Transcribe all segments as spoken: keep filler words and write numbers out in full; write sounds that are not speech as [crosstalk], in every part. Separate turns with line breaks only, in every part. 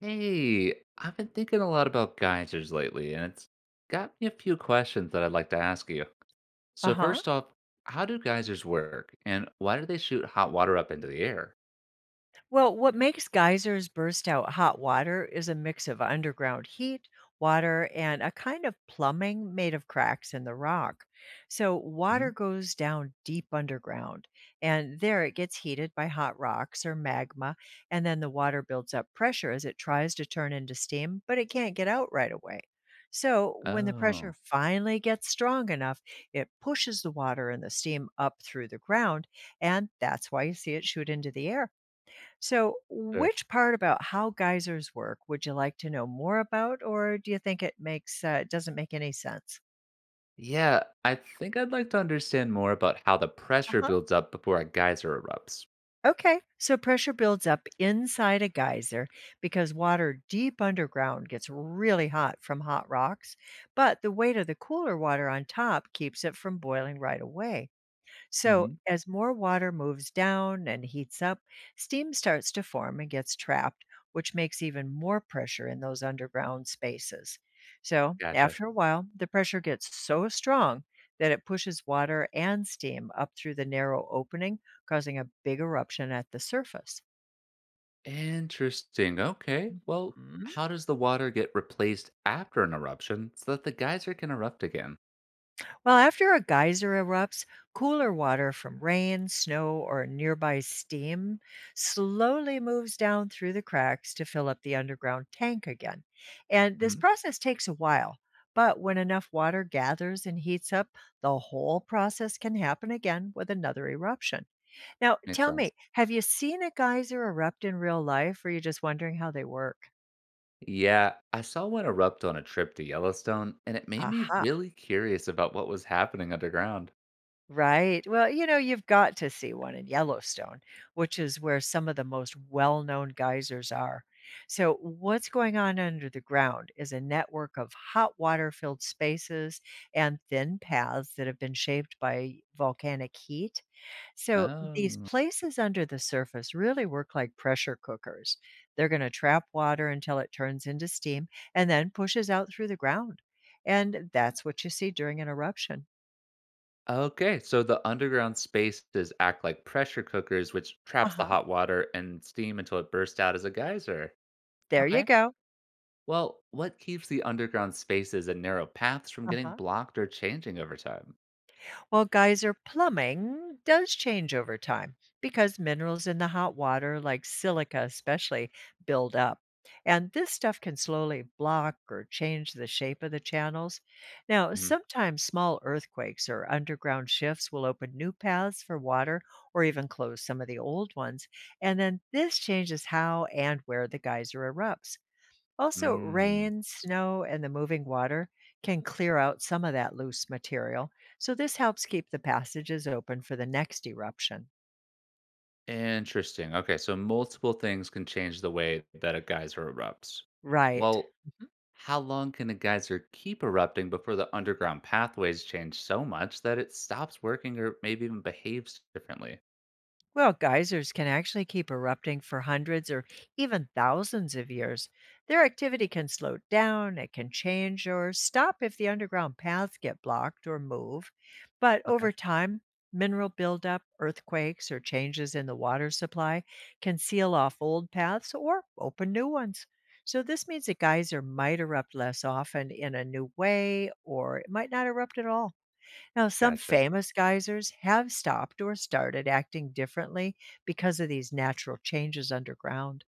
Hey, I've been thinking a lot about geysers lately, and it's got me a few questions that I'd like to ask you. So,
Uh-huh.
first off, how do geysers work, and why do they shoot hot water up into the air?
Well, what makes geysers burst out hot water is a mix of underground heat, water, and a kind of plumbing made of cracks in the rock. So water
Mhm.
goes down deep underground, and there it gets heated by hot rocks or magma, and then the water builds up pressure as it tries to turn into steam, but it can't get out right away. So, when the pressure
Oh,
finally gets strong enough, it pushes the water and the steam up through the ground, and that's why you see it shoot into the air. So,
sure.
which part about how geysers work would you like to know more about, or do you think it makes uh, it doesn't make any sense?
Yeah, I think I'd like to understand more about how the pressure
Uh-huh.
builds up before a geyser erupts.
Okay, so pressure builds up inside a geyser because water deep underground gets really hot from hot rocks, but the weight of the cooler water on top keeps it from boiling right away. So,
Mhm.
as more water moves down and heats up, steam starts to form and gets trapped, which makes even more pressure in those underground spaces. So,
Gotcha.
after a while, the pressure gets so strong that it pushes water and steam up through the narrow opening, causing a big eruption at the surface.
Interesting. Okay. Well, how does the water get replaced after an eruption so that the geyser can erupt again?
Well, after a geyser erupts, cooler water from rain, snow, or nearby steam slowly moves down through the cracks to fill up the underground tank again. And this
Hmm.
process takes a while, but when enough water gathers and heats up, the whole process can happen again with another eruption. Now,
Makes
tell
sense.
me, have you seen a geyser erupt in real life, or are you just wondering how they work?
Yeah, I saw one erupt on a trip to Yellowstone, and it made me
Aha.
really curious about what was happening underground.
Right. Well, you know, you've got to see one in Yellowstone, which is where some of the most well known geysers are. So, what's going on under the ground is a network of hot water filled spaces and thin paths that have been shaped by volcanic heat. So, these
Oh.
places under the surface really work like pressure cookers. They're going to trap water until it turns into steam and then pushes out through the ground. And that's what you see during an eruption.
Okay, so the underground spaces act like pressure cookers, which
Uh
traps the
huh.
hot water and steam until it bursts out as a geyser.
There you
Okay.
go.
Well, what keeps the underground spaces and narrow paths from getting
Uh-huh.
blocked or changing over time?
Well, geyser plumbing does change over time because minerals in the hot water, like silica especially, build up. And this stuff can slowly block or change the shape of the channels. Now,
Mhm.
sometimes small earthquakes or underground shifts will open new paths for water or even close some of the old ones. And then this changes how and where the geyser erupts. Also,
Mm.
rain, snow, and the moving water can clear out some of that loose material, so this helps keep the passages open for the next eruption.
Interesting. Okay, so multiple things can change the way that a geyser erupts.
Right.
Well, how long can a geyser keep erupting before the underground pathways change so much that it stops working or maybe even behaves differently?
Well, geysers can actually keep erupting for hundreds or even thousands of years. Their activity can slow down, it can change or stop if the underground paths get blocked or move. But
Okay,
over time, mineral buildup, earthquakes, or changes in the water supply can seal off old paths or open new ones. So, this means a geyser might erupt less often in a new way, or it might not erupt at all. Now, some
gotcha.
famous geysers have stopped or started acting differently because of these natural changes underground,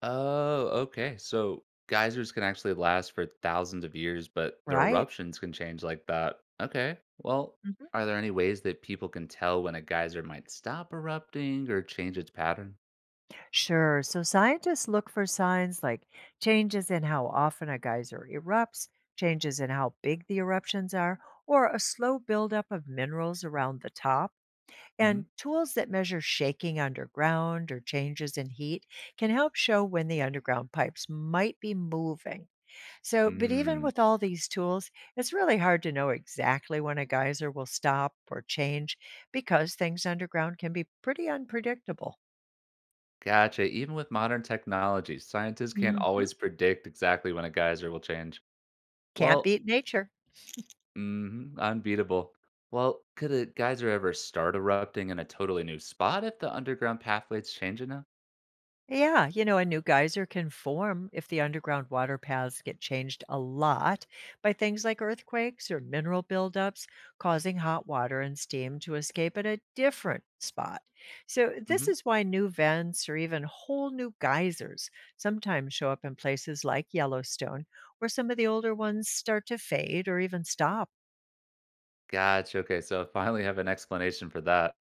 Oh, okay. So geysers can actually last for thousands of years, but their
right?
eruptions can change like that. Okay. Well,
Mhm.
are there any ways that people can tell when a geyser might stop erupting or change its pattern?
Sure. So scientists look for signs like changes in how often a geyser erupts, changes in how big the eruptions are, or a slow buildup of minerals around the top.
Hmm.
And tools that measure shaking underground or changes in heat can help show when the underground pipes might be moving. So, but even
Mm,
with all these tools, it's really hard to know exactly when a geyser will stop or change because things underground can be pretty unpredictable.
gotcha. Even with modern technology, scientists can't
Hmm.
always predict exactly when a geyser will change.
Can't
Well,
beat nature.
mhm, unbeatable. Well, could a geyser ever start erupting in a totally new spot if the underground pathways change enough?
Yeah, you know, a new geyser can form if the underground water paths get changed a lot by things like earthquakes or mineral buildups, causing hot water and steam to escape at a different spot. So, this
Hmm.
is why new vents or even whole new geysers sometimes show up in places like Yellowstone, where some of the older ones start to fade or even stop.
Gotcha. Okay, so I finally have an explanation for that.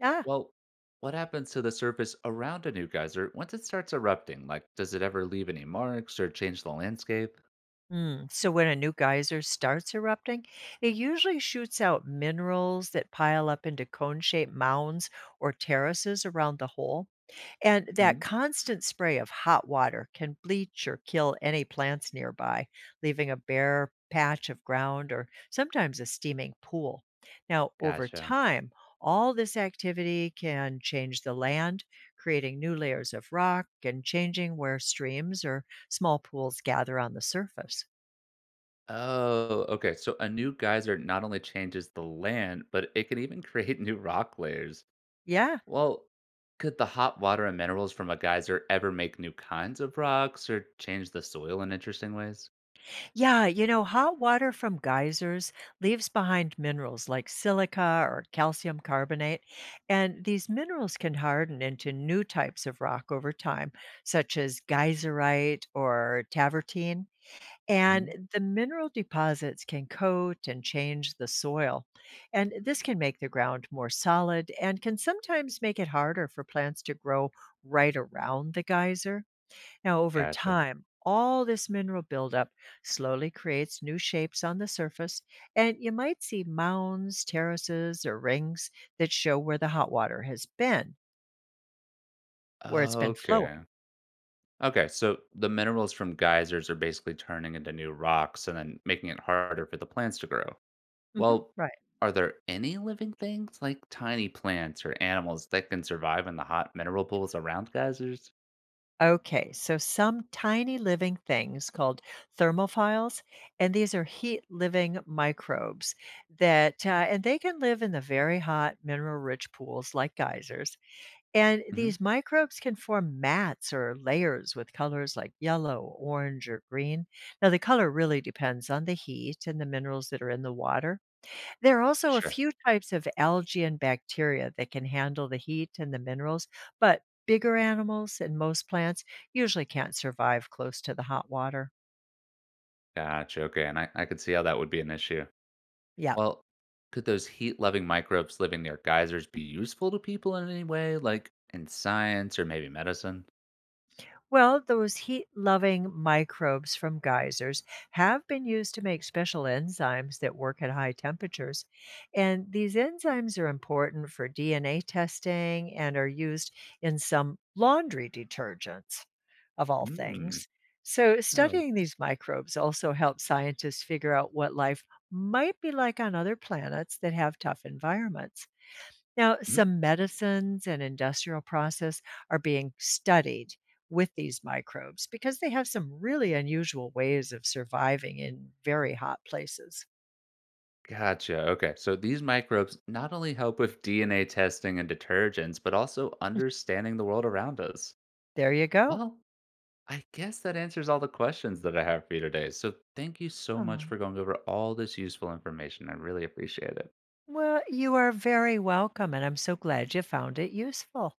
Ah.
Well, what happens to the surface around a new geyser once it starts erupting? Like, does it ever leave any marks or change the landscape?
Mm, so when a new geyser starts erupting, it usually shoots out minerals that pile up into cone-shaped mounds or terraces around the hole. And
Hmm.
that constant spray of hot water can bleach or kill any plants nearby, leaving a bare patch of ground or sometimes a steaming pool. Now, over
Gotcha.
time, all this activity can change the land, creating new layers of rock and changing where streams or small pools gather on the surface.
Oh, okay. So a new geyser not only changes the land, but it can even [laughs] create new rock layers.
Yeah.
Well, could the hot water and minerals from a geyser ever make new kinds of rocks or change the soil in interesting ways?
Yeah. You know, hot water from geysers leaves behind minerals like silica or calcium carbonate. And these minerals can harden into new types of rock over time, such as geyserite or tavertine.
Mhm.
And the mineral deposits can coat and change the soil. And this can make the ground more solid and can sometimes make it harder for plants to grow right around the geyser. Now, over
Gotcha.
time, all this mineral buildup slowly creates new shapes on the surface, and you might see mounds, terraces, or rings that show where the hot water has been, where it's been flowing.
Okay. Okay, so the minerals from geysers are basically turning into new rocks and then making it harder for the plants to grow.
Mhm.
Well,
Right.
are there any living things like tiny plants or animals that can survive in the hot mineral pools around geysers?
Okay, so some tiny living things called thermophiles, and these are heat living microbes that, uh, and they can live in the very hot mineral rich pools like geysers. And
Hmm.
these microbes can form mats or layers with colors like yellow, orange, or green. Now, the color really depends on the heat and the minerals that are in the water. There are also a
Sure.
few types of algae and bacteria that can handle the heat and the minerals, but bigger animals and most plants usually can't survive close to the hot water.
Gotcha. Okay. And I, I could see how that would be an issue.
Yeah.
Well, could those heat-loving microbes living near geysers be useful to people in any way, like in science or maybe medicine?
Well, those heat loving microbes from geysers have been used to make special enzymes that work at high temperatures. And these enzymes are important for D N A testing and are used in some laundry detergents, of all
Mm.
things. So,
Oh.
studying these microbes also helps scientists figure out what life might be like on other planets that have tough environments. Now,
Mhm.
some medicines and industrial process are being studied with these microbes because they have some really unusual ways of surviving in very hot places.
Gotcha. Okay. So these microbes not only help with D N A testing and detergents, but also understanding the world around us.
There you go.
Well, I guess that answers all the questions that I have for you today. So thank you so much
Oh,
for going over all this useful information. I really appreciate it.
well, you are very welcome, and I'm so glad you found it useful.